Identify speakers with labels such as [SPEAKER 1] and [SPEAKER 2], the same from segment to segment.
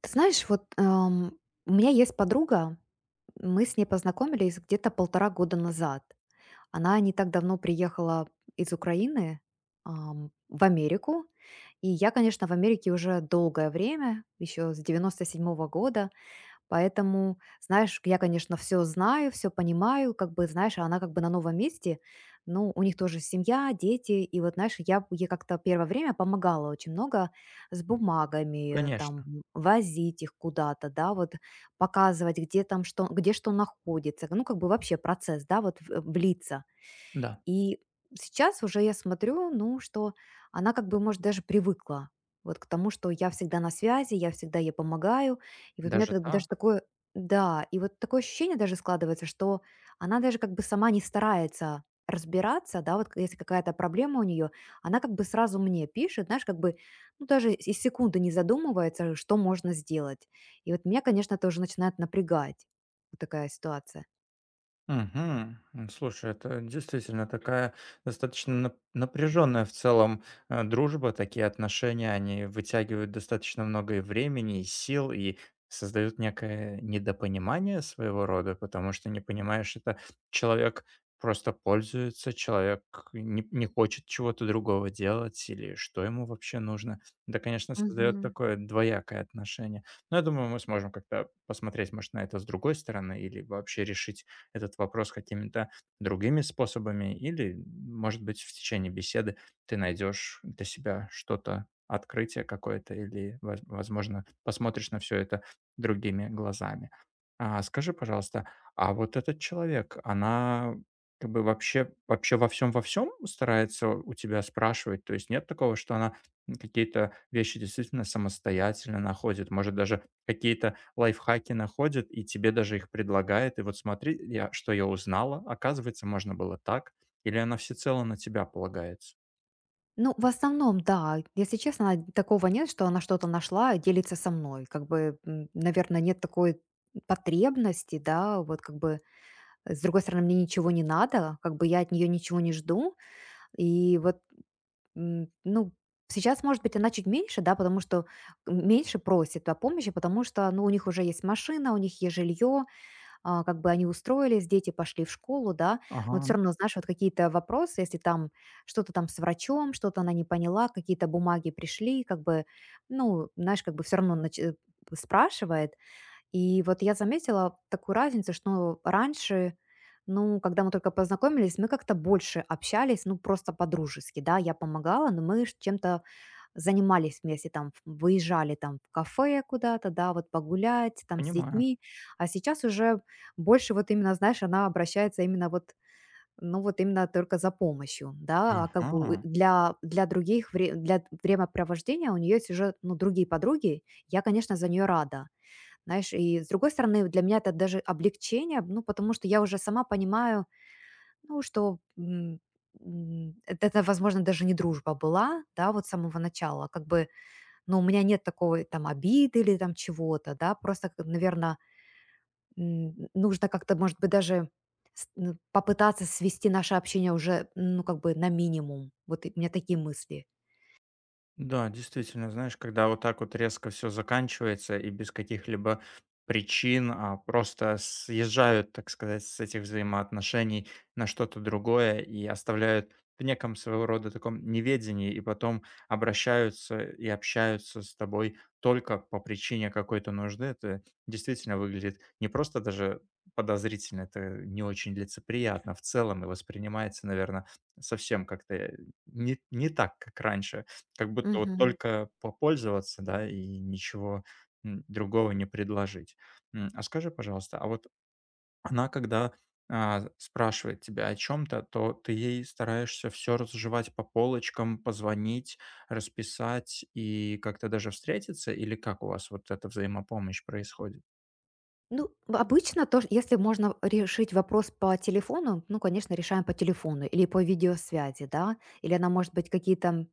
[SPEAKER 1] Ты знаешь, вот у меня есть подруга, мы с ней познакомились где-то полтора года назад. Она не так давно приехала из Украины в Америку, и я, конечно, в Америке уже долгое время, еще с 1997 года. Поэтому, знаешь, я, конечно, все знаю, все понимаю, как бы, знаешь, а она как бы на новом месте. Ну, у них тоже семья, дети. И вот, знаешь, я ей как-то первое время помогала очень много с бумагами, там,
[SPEAKER 2] Конечно,
[SPEAKER 1] возить их куда-то, да, вот показывать, где там что, где что находится. Ну, как бы вообще процесс, да, вот влиться.
[SPEAKER 2] да.
[SPEAKER 1] И сейчас уже я смотрю, ну, что она как бы, может, даже привыкла вот к тому, что я всегда на связи, я всегда ей помогаю. И вот у меня
[SPEAKER 2] Даже
[SPEAKER 1] т даже
[SPEAKER 2] так?
[SPEAKER 1] такое, да, и вот такое ощущение даже складывается, что она даже как бы сама не старается разбираться, да, вот к если какая-то проблема у нее, она как бы сразу мне пишет, знаешь, как бы, ну, даже и секунды не задумывается, что можно сделать. И вот меня, конечно, тоже начинает напрягать вот такая ситуация.
[SPEAKER 2] Мгм. Слушай, это действительно такая достаточно напряженная в целом дружба, такие отношения, они вытягивают достаточно много и времени, и сил, и создают некое недопонимание своего рода, потому что не понимаешь, это человек просто пользуется, человек не хочет чего-то другого делать или что ему вообще нужно. Да, конечно, создает такое двоякое отношение. Но я думаю, мы сможем как-то посмотреть, может, на это с другой стороны или вообще решить этот вопрос какими-то другими способами, или, может быть, в течение беседы ты найдешь для себя что-то, открытие какое-то, или, возможно, посмотришь на все это другими глазами. А, скажи, пожалуйста, а вот этот человек, она как бы вообще, вообще во всем старается у тебя спрашивать? То есть нет такого, что она какие-то вещи действительно самостоятельно находит, может даже какие-то лайфхаки находит и тебе даже их предлагает. И вот смотри, что я узнала, оказывается, можно было так. Или она всецело на тебя полагается.
[SPEAKER 1] Ну, в основном, да. Если честно, такого нет, что она что-то нашла и делится со мной. Как бы, наверное, нет такой потребности, да, вот как бы, с другой стороны, мне ничего не надо, как бы я от нее ничего не жду. И вот, ну, сейчас, может быть, она чуть меньше, да, потому что меньше просит о помощи, потому что, ну, у них уже есть машина, у них есть жилье, как бы они устроились, дети пошли в школу, да, но
[SPEAKER 2] Ага,
[SPEAKER 1] все равно, знаешь, вот какие-то вопросы, если там что-то там с врачом, что-то она не поняла, какие-то бумаги пришли, как бы, ну, знаешь, как бы все равно спрашивает, и вот я заметила такую разницу, что раньше, ну, когда мы только познакомились, мы как-то больше общались, ну, просто по-дружески, да, я помогала, но мы чем-то занимались вместе, там, выезжали там в кафе куда-то, да, вот погулять там с
[SPEAKER 2] понимаю.
[SPEAKER 1] детьми, а сейчас уже больше вот именно, знаешь, она обращается именно вот ну вот именно только за помощью, да, а как бы
[SPEAKER 2] Ага.
[SPEAKER 1] для других, для времяпровождения у нее есть уже, ну, другие подруги, я, конечно, за нее рада, знаешь, и с другой стороны, для меня это даже облегчение, ну, потому что я уже сама понимаю, ну, что это, возможно, даже не дружба была, да, вот с самого начала, как бы, ну, у меня нет такой там обиды или там чего-то, да, просто, наверное, нужно как-то, может быть, даже ну, попытаться свести наше общение уже, ну, как бы на минимум. Вот у меня такие мысли.
[SPEAKER 2] Да, действительно, знаешь, когда вот так вот резко все заканчивается и без каких-либо причин, а просто съезжают, так сказать, с этих взаимоотношений на что-то другое и оставляют в неком своего рода таком неведении, и потом обращаются и общаются с тобой только по причине какой-то нужды. Это действительно выглядит не просто даже подозрительно, это не очень лицеприятно в целом и воспринимается, наверное, совсем как-то, не так, как раньше. Как будто вот только попользоваться, да, и ничего, другого не предложить. А скажи, пожалуйста, а вот она, когда, спрашивает тебя о чем то ты ей стараешься все разжевать по полочкам, позвонить, расписать и как-то даже встретиться? Или как у вас вот эта взаимопомощь происходит?
[SPEAKER 1] Ну, обычно то, если можно решить вопрос по телефону, ну, конечно, решаем по телефону или по видеосвязи, да, или она может быть какие-то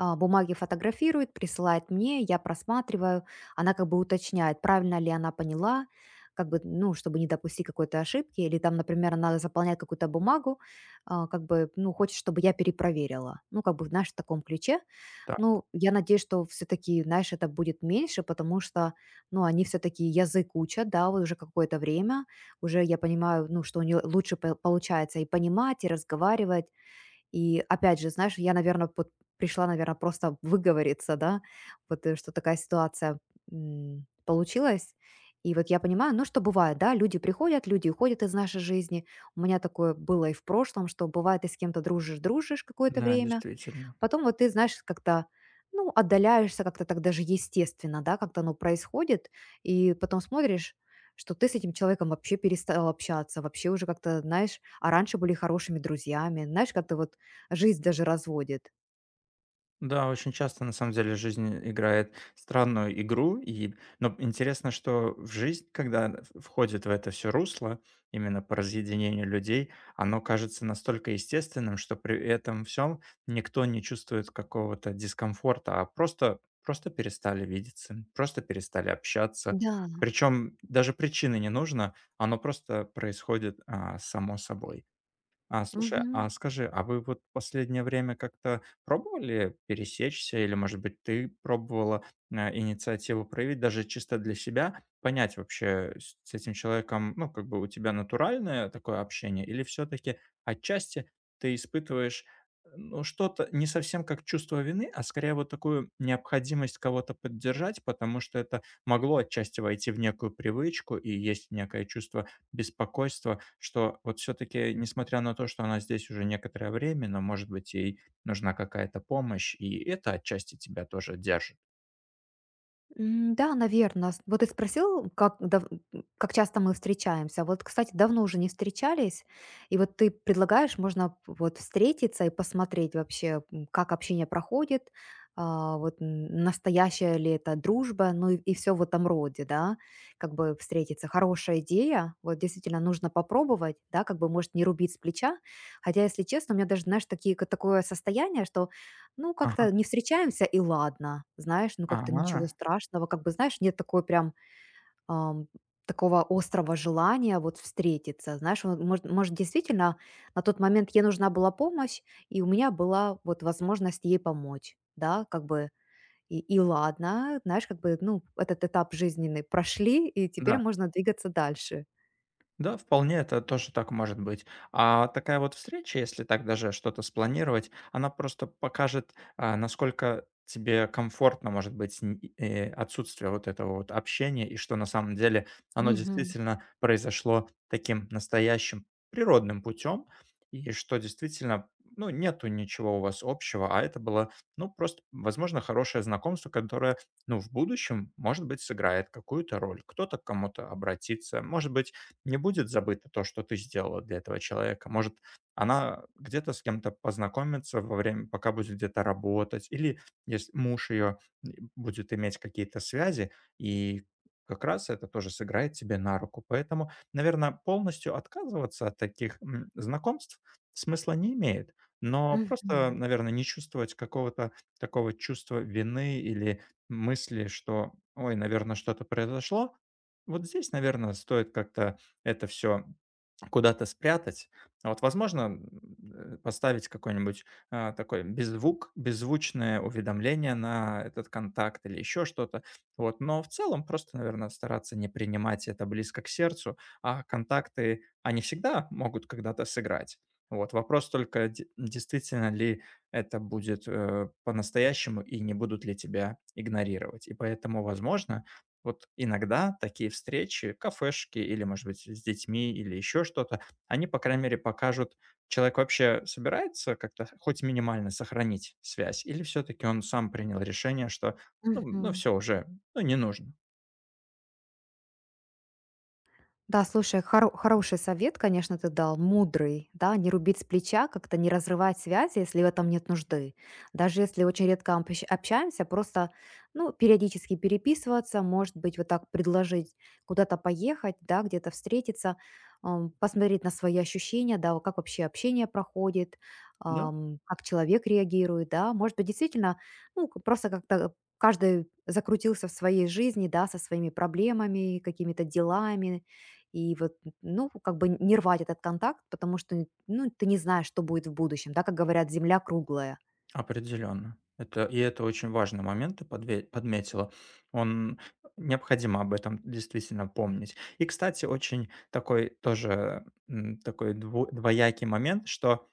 [SPEAKER 1] бумаги фотографирует, присылает мне, я просматриваю. Она как бы уточняет, правильно ли она поняла, как бы, ну, чтобы не допустить какой-то ошибки. Или там, например, она заполняет какую-то бумагу, как бы, ну, хочет, чтобы я перепроверила. Ну, как бы, знаешь, в таком ключе.
[SPEAKER 2] Так,
[SPEAKER 1] Ну, я надеюсь, что все-таки, знаешь, это будет меньше, потому что, ну, они все-таки язык учат, да, вот уже какое-то время. Уже я понимаю, ну, что у нее лучше получается и понимать, и разговаривать. И опять же, знаешь, я, наверное, вот пришла, наверное, просто выговориться, да, вот что такая ситуация получилась. И вот я понимаю, ну что бывает, да, люди приходят, люди уходят из нашей жизни. У меня такое было и в прошлом, что бывает, ты с кем-то дружишь, дружишь какое-то
[SPEAKER 2] да,
[SPEAKER 1] время,
[SPEAKER 2] действительно.
[SPEAKER 1] потом вот ты, знаешь, как-то, ну, отдаляешься как-то так даже естественно, да, как-то оно происходит, и потом смотришь, что ты с этим человеком вообще перестал общаться, вообще уже как-то, знаешь, а раньше были хорошими друзьями, знаешь, как-то вот жизнь даже разводит.
[SPEAKER 2] Да, очень часто на самом деле жизнь играет странную игру, но интересно, что в жизнь, когда в входит в это все русло, именно по разъединению людей, оно кажется настолько естественным, что при этом всем никто не чувствует какого-то дискомфорта, а просто перестали видеться, просто перестали общаться.
[SPEAKER 1] Да.
[SPEAKER 2] Причем даже причины не нужно, оно просто происходит, само собой. А, слушай,
[SPEAKER 1] Мгм.
[SPEAKER 2] а скажи, а вы вот последнее время как-то пробовали пересечься или, может быть, ты пробовала, инициативу проявить даже чисто для себя? Понять вообще, с этим человеком, ну, как бы у тебя натуральное такое общение или все таки отчасти ты испытываешь, ну, что-то не совсем как чувство вины, а скорее вот такую необходимость кого-то поддержать, потому что это могло отчасти войти в некую привычку, и есть некое чувство беспокойство, что вот все-таки, несмотря на то, что она здесь уже некоторое время, но, может быть, ей нужна какая-то помощь, и это отчасти тебя тоже держит.
[SPEAKER 1] Да, наверное. Вот ты спросил, как часто мы встречаемся. Вот, кстати, давно уже не встречались. И вот ты предлагаешь, можно вот встретиться и посмотреть вообще, как общение проходит, вот н настоящая ли это дружба, ну и все всё в этом роде, да. Как бы встретиться- хорошая идея. Вот действительно нужно попробовать, да, как бы, может, не рубить с плеча. Хотя, если честно, у меня даже, знаешь, такие такое состояние, что ну,
[SPEAKER 2] Ага,
[SPEAKER 1] как-то не встречаемся, и ладно. Знаешь, ну как-то
[SPEAKER 2] ага,
[SPEAKER 1] ничего страшного. Как бы, знаешь, нет такой прям ам, такого острого желания вот встретиться. Знаешь, вот может, действительно, на тот момент ей нужна была помощь, и у меня была вот возможность ей помочь, да, как бы, и ладно, знаешь, как бы, ну, этот этап жизненный прошли, и теперь
[SPEAKER 2] да.
[SPEAKER 1] можно двигаться дальше.
[SPEAKER 2] Да, вполне это тоже так может быть. А такая вот встреча, если так даже что-то спланировать, она просто покажет, насколько тебе комфортно может быть отсутствие вот этого вот общения, и что на самом деле оно
[SPEAKER 1] Мгм.
[SPEAKER 2] действительно произошло таким настоящим природным путем, и что действительно, ну, нету ничего у вас общего, а это было, ну, просто, возможно, хорошее знакомство, которое, ну, в будущем, может быть, сыграет какую-то роль. Кто-то к кому-то обратится, может быть, не будет забыто то, что ты сделала для этого человека. Может, она где-то с кем-то познакомится во время, пока будет где-то работать, или если муж ее будет иметь какие-то связи, и как раз это тоже сыграет тебе на руку. Поэтому, наверное, полностью отказываться от таких знакомств смысла не имеет. Но просто,
[SPEAKER 1] Мгм.
[SPEAKER 2] наверное, не чувствовать какого-то такого чувства вины или мысли, что, ой, наверное, что-то произошло. Вот здесь, наверное, стоит как-то это все куда-то спрятать. А вот возможно, поставить какой-нибудь, такой беззвук беззвучное уведомление на этот контакт или еще что-то. Вот, но в целом просто, наверное, стараться не принимать это близко к сердцу, а контакты, они всегда могут когда-то сыграть. Вот, вопрос только, де действительно ли это будет, по-настоящему и не будут ли тебя игнорировать. И поэтому, возможно, вот иногда такие встречи, кафешки или, может быть, с детьми или еще что-то, они, по крайней мере, покажут, человек вообще собирается как-то хоть минимально сохранить связь или все-таки он сам принял решение, что, ну,
[SPEAKER 1] Мгм.
[SPEAKER 2] все уже, ну, не нужно.
[SPEAKER 1] Да, слушай, хороший совет, конечно, ты дал, мудрый, да, не рубить с плеча, как-то не разрывать связи, если в этом нет нужды. Даже если очень редко общаемся, просто, ну, периодически переписываться, может быть, вот так предложить куда-то поехать, да, где-то встретиться, посмотреть на свои ощущения, да, вот как вообще общение проходит,
[SPEAKER 2] Да,
[SPEAKER 1] как человек реагирует, да, может быть, действительно, ну, просто как-то каждый закрутился в своей жизни, да, со своими проблемами, какими-то делами, и вот, ну, как бы не рвать этот контакт, потому что, ну, ты не знаешь, что будет в будущем, да, как говорят, земля круглая.
[SPEAKER 2] определенно. И это очень важный момент, ты подметила. Он необходимо об этом действительно помнить. И, кстати, очень такой тоже такой двоякий момент, что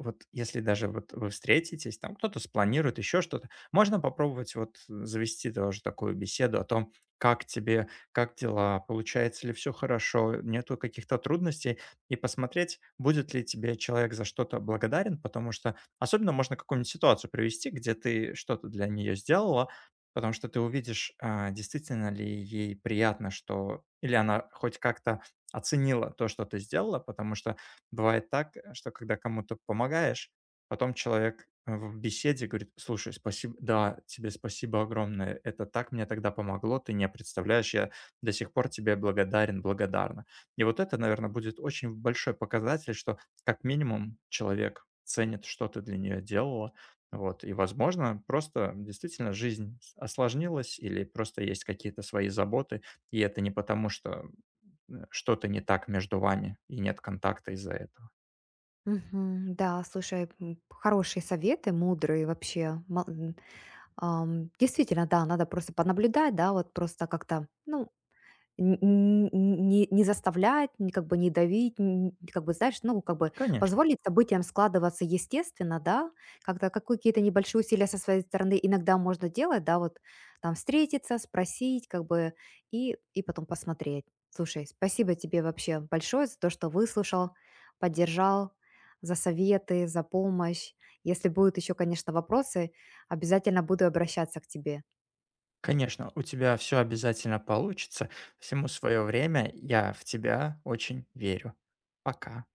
[SPEAKER 2] вот если даже вот вы встретитесь, там кто-то спланирует еще что-то, можно попробовать вот завести тоже такую беседу о том, как тебе, как дела, получается ли все хорошо, нету каких-то трудностей, и посмотреть, будет ли тебе человек за что-то благодарен, потому что особенно можно какую-нибудь ситуацию привести, где ты что-то для нее сделала, потому что ты увидишь, действительно ли ей приятно, что или она хоть как-то оценила то, что ты сделала, потому что бывает так, что когда кому-то помогаешь, потом человек в беседе говорит: "Слушай, спасибо, да, тебе спасибо огромное, это так мне тогда помогло, ты не представляешь, я до сих пор тебе благодарен, благодарна". И вот это, наверное, будет очень большой показатель, что как минимум человек ценит, что ты для нее делала. Вот, и, возможно, просто действительно жизнь с осложнилась или просто есть какие-то свои заботы, и это не потому, что, что-то не так между вами и нет контакта из-за этого.
[SPEAKER 1] Мгм. Да, слушай, хорошие советы, мудрые вообще. Действительно, да, надо просто понаблюдать, да, вот просто как-то, ну, Н н не не заставлять, не как бы не давить, н как бы, знаешь, ну, как бы
[SPEAKER 2] Конечно,
[SPEAKER 1] позволить событиям складываться естественно, да. Как-то какой какие-то небольшие усилия со своей стороны иногда можно делать, да, вот там встретиться, спросить, как бы, и потом посмотреть. Слушай, спасибо тебе вообще большое за то, что выслушал, поддержал, за советы, за помощь. Если будут еще, конечно, вопросы, обязательно буду обращаться к тебе.
[SPEAKER 2] конечно, у тебя все обязательно получится. Всему свое время. Я в тебя очень верю. Пока.